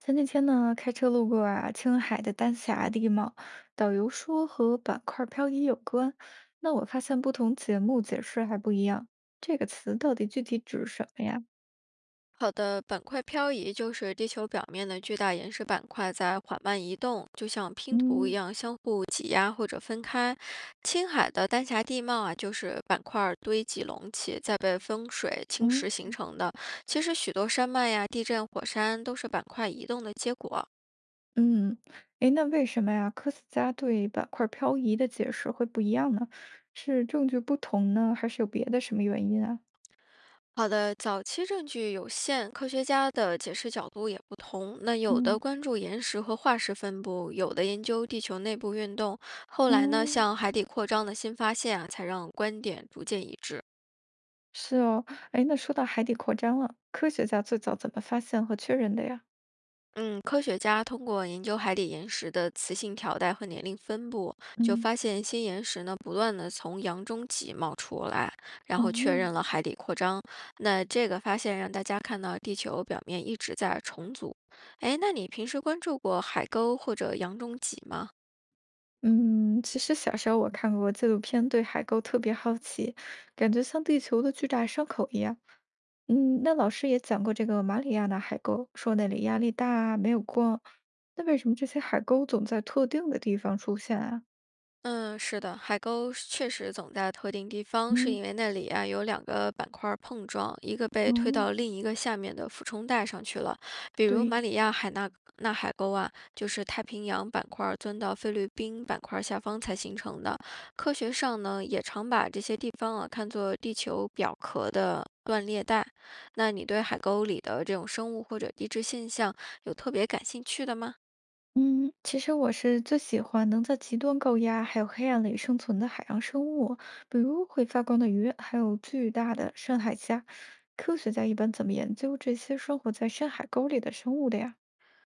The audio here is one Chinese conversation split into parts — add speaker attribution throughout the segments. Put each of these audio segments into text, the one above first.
Speaker 1: 前几天呢，开车路过啊青海的丹霞地貌，导游说和板块漂移有关。那我发现不同节目解释还不一样，这个词到底具体指什么呀？
Speaker 2: 好的，板块漂移就是地球表面的巨大岩石板块在缓慢移动，就像拼图一
Speaker 1: 嗯
Speaker 2: 样相互挤压或者分开。青海的丹霞地貌啊，就是板块儿堆积隆起，再被风水侵
Speaker 1: 嗯，
Speaker 2: 蚀形成的。其实许多山脉呀、地震、火山都是板块移动的结果。
Speaker 1: 嗯，诶，那为什么呀？科学家对板块漂移的解释会不一样呢？是证据不同呢，还是有别的什么原因啊？
Speaker 2: 好的，早期证据有限，科学家的解释角度也不同。那有的
Speaker 1: 嗯
Speaker 2: 关注岩石和化石分布，有的研究地球内部运动。后来呢，
Speaker 1: 嗯，
Speaker 2: 像海底扩张的新发现啊，才让观点逐渐一致。
Speaker 1: 是哦。诶，那说到海底扩张了，科学家最早怎么发现和确认的呀？
Speaker 2: 嗯，科学家通过研究海底岩石的磁性条带和年龄分布，就
Speaker 1: 嗯
Speaker 2: 发现新岩石呢不断的从洋中脊冒出来，然后确
Speaker 1: 哦，
Speaker 2: 认了海底扩张。那这个发现让大家看到地球表面一直在重组。哎，那你平时关注过海沟或者洋中脊吗？
Speaker 1: 嗯，其实小时候我看过纪录片，对海沟特别好奇，感觉像地球的巨大伤口一样。嗯，那老师也讲过这个马里亚纳海沟，说那里压力大，没有光。那为什么这些海沟总在特定的地方出现啊？
Speaker 2: 嗯，是的，海沟是确实总在特定地方，是
Speaker 1: 嗯，
Speaker 2: 因为那里啊有两个板块儿碰撞，一个被推
Speaker 1: 哦，
Speaker 2: 到另一个下面的俯冲带上去了。比如马
Speaker 1: 对，
Speaker 2: 里亚海纳纳海沟啊，就是太平洋板块儿钻到菲律宾板块儿下方才形成的。科学上呢，也常把这些地方啊看作地球表壳的断裂带。那你对海沟里的这种生物或者地质现象有特别感兴趣的吗？
Speaker 1: 嗯，其实我是最喜欢能在极端高压还有黑暗里生存的海洋生物，比如会发光的鱼，还有巨大的深海虾。科学家一般怎么研究这些生活在深海沟里的生物的呀？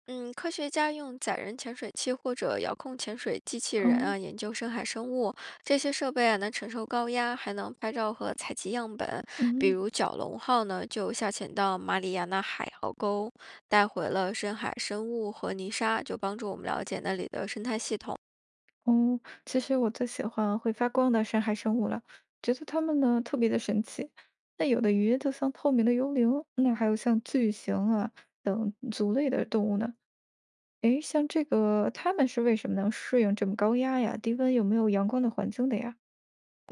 Speaker 2: 嗯，科学家用载人潜水器或者遥控潜水机器人
Speaker 1: 嗯
Speaker 2: 啊，研究深海生物。这些设备啊，能承受高压，还能拍照和采集样本。比
Speaker 1: 嗯
Speaker 2: 如蛟龙号呢，就下潜到马里亚纳海壕沟，带回了深海生物和泥沙，就帮助我们了解那里的生态系统。
Speaker 1: 哦，其实我最喜欢会发光的深海生物了，觉得它们呢特别的神奇。那有的鱼就像透明的幽灵，那还有像巨型啊等族类的动物呢。诶，像这个，他们是为什么能适应这么高压呀、低温有没有阳光的环境的呀？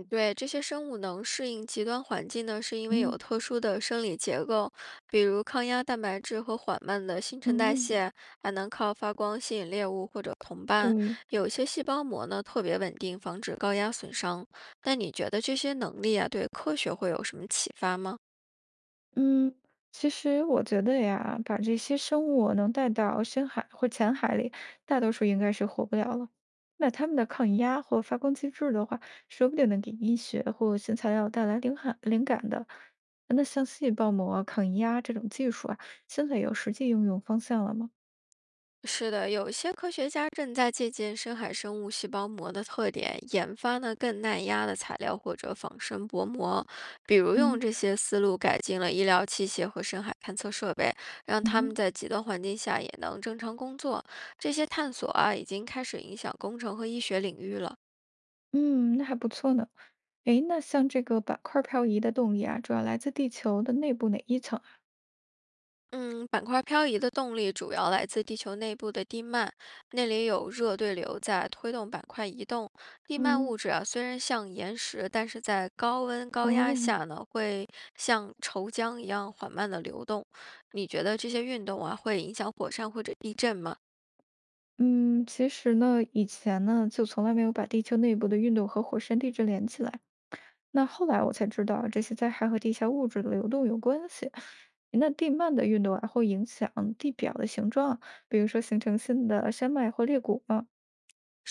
Speaker 2: 对，这些生物能适应极端环境呢，是因为
Speaker 1: 嗯，
Speaker 2: 有特殊的生理结构，比如抗压蛋白质和缓慢的新
Speaker 1: 哦，
Speaker 2: 陈代谢，还能靠发光吸引猎物或者同伴。
Speaker 1: 对，
Speaker 2: 有些细胞膜呢特别稳定，防止高压损伤。那你觉得这些能力啊，对科学会有什么启发吗？
Speaker 1: 嗯，其实我觉得呀，把这些生物能带到深海或浅海里，大多数应该是活不了了。那他们的抗压或发光机制的话，说不定能给医学或新材料带来灵感的。那像细胞膜抗压这种技术啊，现在有实际应用方向了吗？
Speaker 2: 是的，有一些科学家正在借鉴深海生物细胞膜的特点，研发呢更耐压的材料或者仿生薄膜。比如用
Speaker 1: 嗯，
Speaker 2: 这些思路改进了医疗器械和深海探测设备，让他
Speaker 1: 哦。
Speaker 2: 们在极端环境下也能正常工作。这些探索啊，已经开始影响工程和医学领域了。
Speaker 1: 嗯，那还不错呢。诶，那像这个板块漂移的动力啊，主要来自地球的内部哪一层啊？
Speaker 2: 嗯，板块漂移的动力主要来自地球内部的地幔，那里有热对流在推动板块移动。地幔
Speaker 1: 嗯，
Speaker 2: 物质啊，虽然像岩石，但是在高温高压
Speaker 1: 哦，
Speaker 2: 下呢，会像稠浆一样缓慢的流动。你觉得这些运动啊，会影响火山或者地震吗？
Speaker 1: 嗯，其实呢，以前呢就从来没有把地球内部的运动和火山地质连起来。那后来我才知道，这些灾害和地下物质的流动有关系。那地幔的运动啊，会影响地表的形状啊，比如说形成新的山脉或裂谷嘛。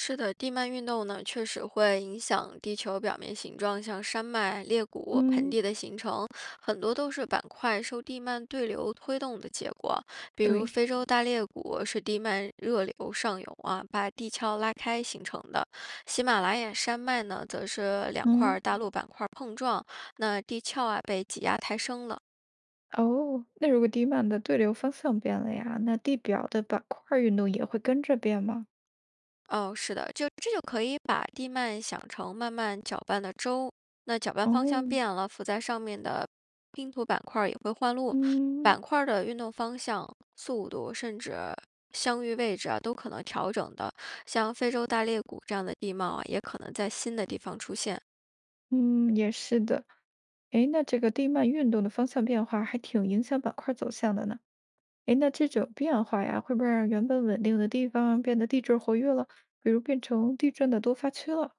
Speaker 2: 是的，地幔运动呢，确实会影响地球表面形状，像山脉、裂谷、盆
Speaker 1: 嗯
Speaker 2: 地的形成，很多都是板块受地幔对流推动的结果。比如
Speaker 1: 对，
Speaker 2: 非洲大裂谷是地幔热流上涌啊，把地壳拉开形成的；喜马拉雅山脉呢，则是两
Speaker 1: 嗯，
Speaker 2: 块大陆板块碰撞，那地壳啊被挤压抬升了。
Speaker 1: 哦，那如果地幔的对流方向变了呀，那地表的板块儿运动也会跟着变吗？
Speaker 2: 哦，是的，这就可以把地幔想成慢慢搅拌的粥。那搅拌方向
Speaker 1: 哦，
Speaker 2: 变了，浮在上面的拼图板块儿也会换路，
Speaker 1: 嗯
Speaker 2: 板块儿的运动方向、速度，甚至相遇位置啊，都可能调整的。像非洲大裂谷这样的地貌啊，也可能在新的地方出现。
Speaker 1: 嗯，也是的。诶，那这个地幔运动的方向变化还挺影响板块走向的呢。诶，那这种变化呀，会不会让原本稳定的地方变得地质活跃了，比如变成地震的多发区了？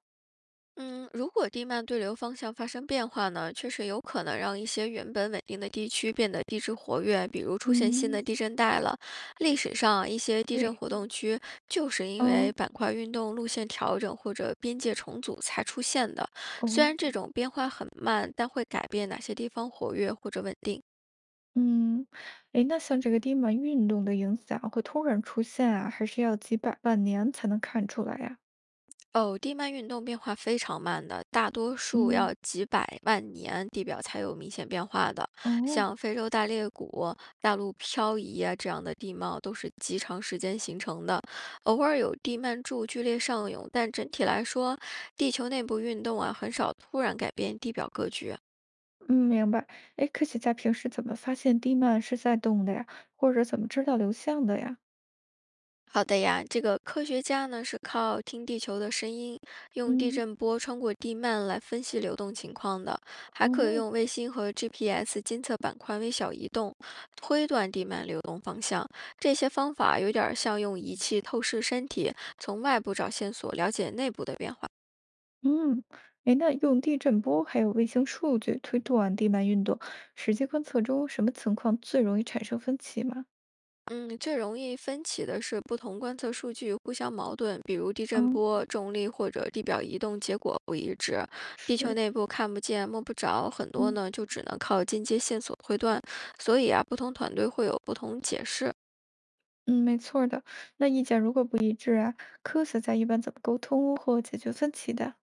Speaker 2: 嗯，如果地幔对流方向发生变化呢，确实有可能让一些原本稳定的地区变得地质活跃，比如出现新
Speaker 1: 嗯，
Speaker 2: 的地震带了。历史上啊一些地震
Speaker 1: 对，
Speaker 2: 活动区就是因为
Speaker 1: 哦
Speaker 2: 板块运动、路线调整或者边界重组才出现的。虽
Speaker 1: 哦，
Speaker 2: 然这种变化很慢，但会改变哪些地方活跃或者稳定。
Speaker 1: 嗯，诶，那像这个地幔运动的影响会突然出现啊，还是要几百万年才能看出来呀？
Speaker 2: 哦，地幔运动变化非常慢的，大多数
Speaker 1: 嗯，
Speaker 2: 要几百万年地表才有明显变化的。
Speaker 1: 哦，
Speaker 2: 像非洲大裂谷、大陆漂移啊这样的地貌，都是极长时间形成的。偶尔有地幔柱剧烈上涌，但整体来说，地球内部运动啊很少突然改变地表格局。
Speaker 1: 嗯，明白。哎，科学家平时怎么发现地幔是在动的呀？或者怎么知道流向的呀？
Speaker 2: 好的呀，这个科学家呢是靠听地球的声音，用地
Speaker 1: 嗯，
Speaker 2: 震波穿过地幔来分析流动情况的，还可以
Speaker 1: 哦，
Speaker 2: 用卫星和 GPS 监测板块微小移动，推断地幔流动方向。这些方法有点儿像用仪器透视身体，从外部找线索，了解内部的变化。
Speaker 1: 嗯，哎，那用地震波还有卫星数据推断地幔运动，实际观测中什么情况最容易产生分歧吗？
Speaker 2: 嗯，最容易分歧的是不同观测数据互相矛盾，比如地震
Speaker 1: 嗯，
Speaker 2: 波、重力或者地表移动结果不一致。地球
Speaker 1: 是，
Speaker 2: 内部看不见、摸不着，很多
Speaker 1: 嗯
Speaker 2: 呢就只能靠间接线索推断。所以啊，不同团队会有不同解释。
Speaker 1: 嗯，没错儿的。那意见如果不一致啊，科学家一般怎么沟通或解决分歧的？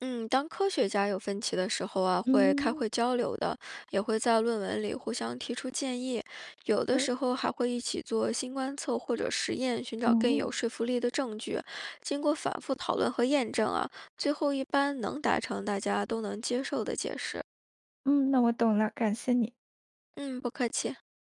Speaker 2: 嗯，当科学家有分歧的时候啊，会开
Speaker 1: 嗯，
Speaker 2: 会交流的，也会在论文里互相提出建议，有
Speaker 1: 是，
Speaker 2: 的时候还会一起做新观测或者实验，寻找更
Speaker 1: 哦，
Speaker 2: 有说服力的证据。经过反复讨论和验证啊，最后一般能达成大家都能接受的解释。
Speaker 1: 嗯，那我懂了，感谢你。
Speaker 2: 嗯，不客气。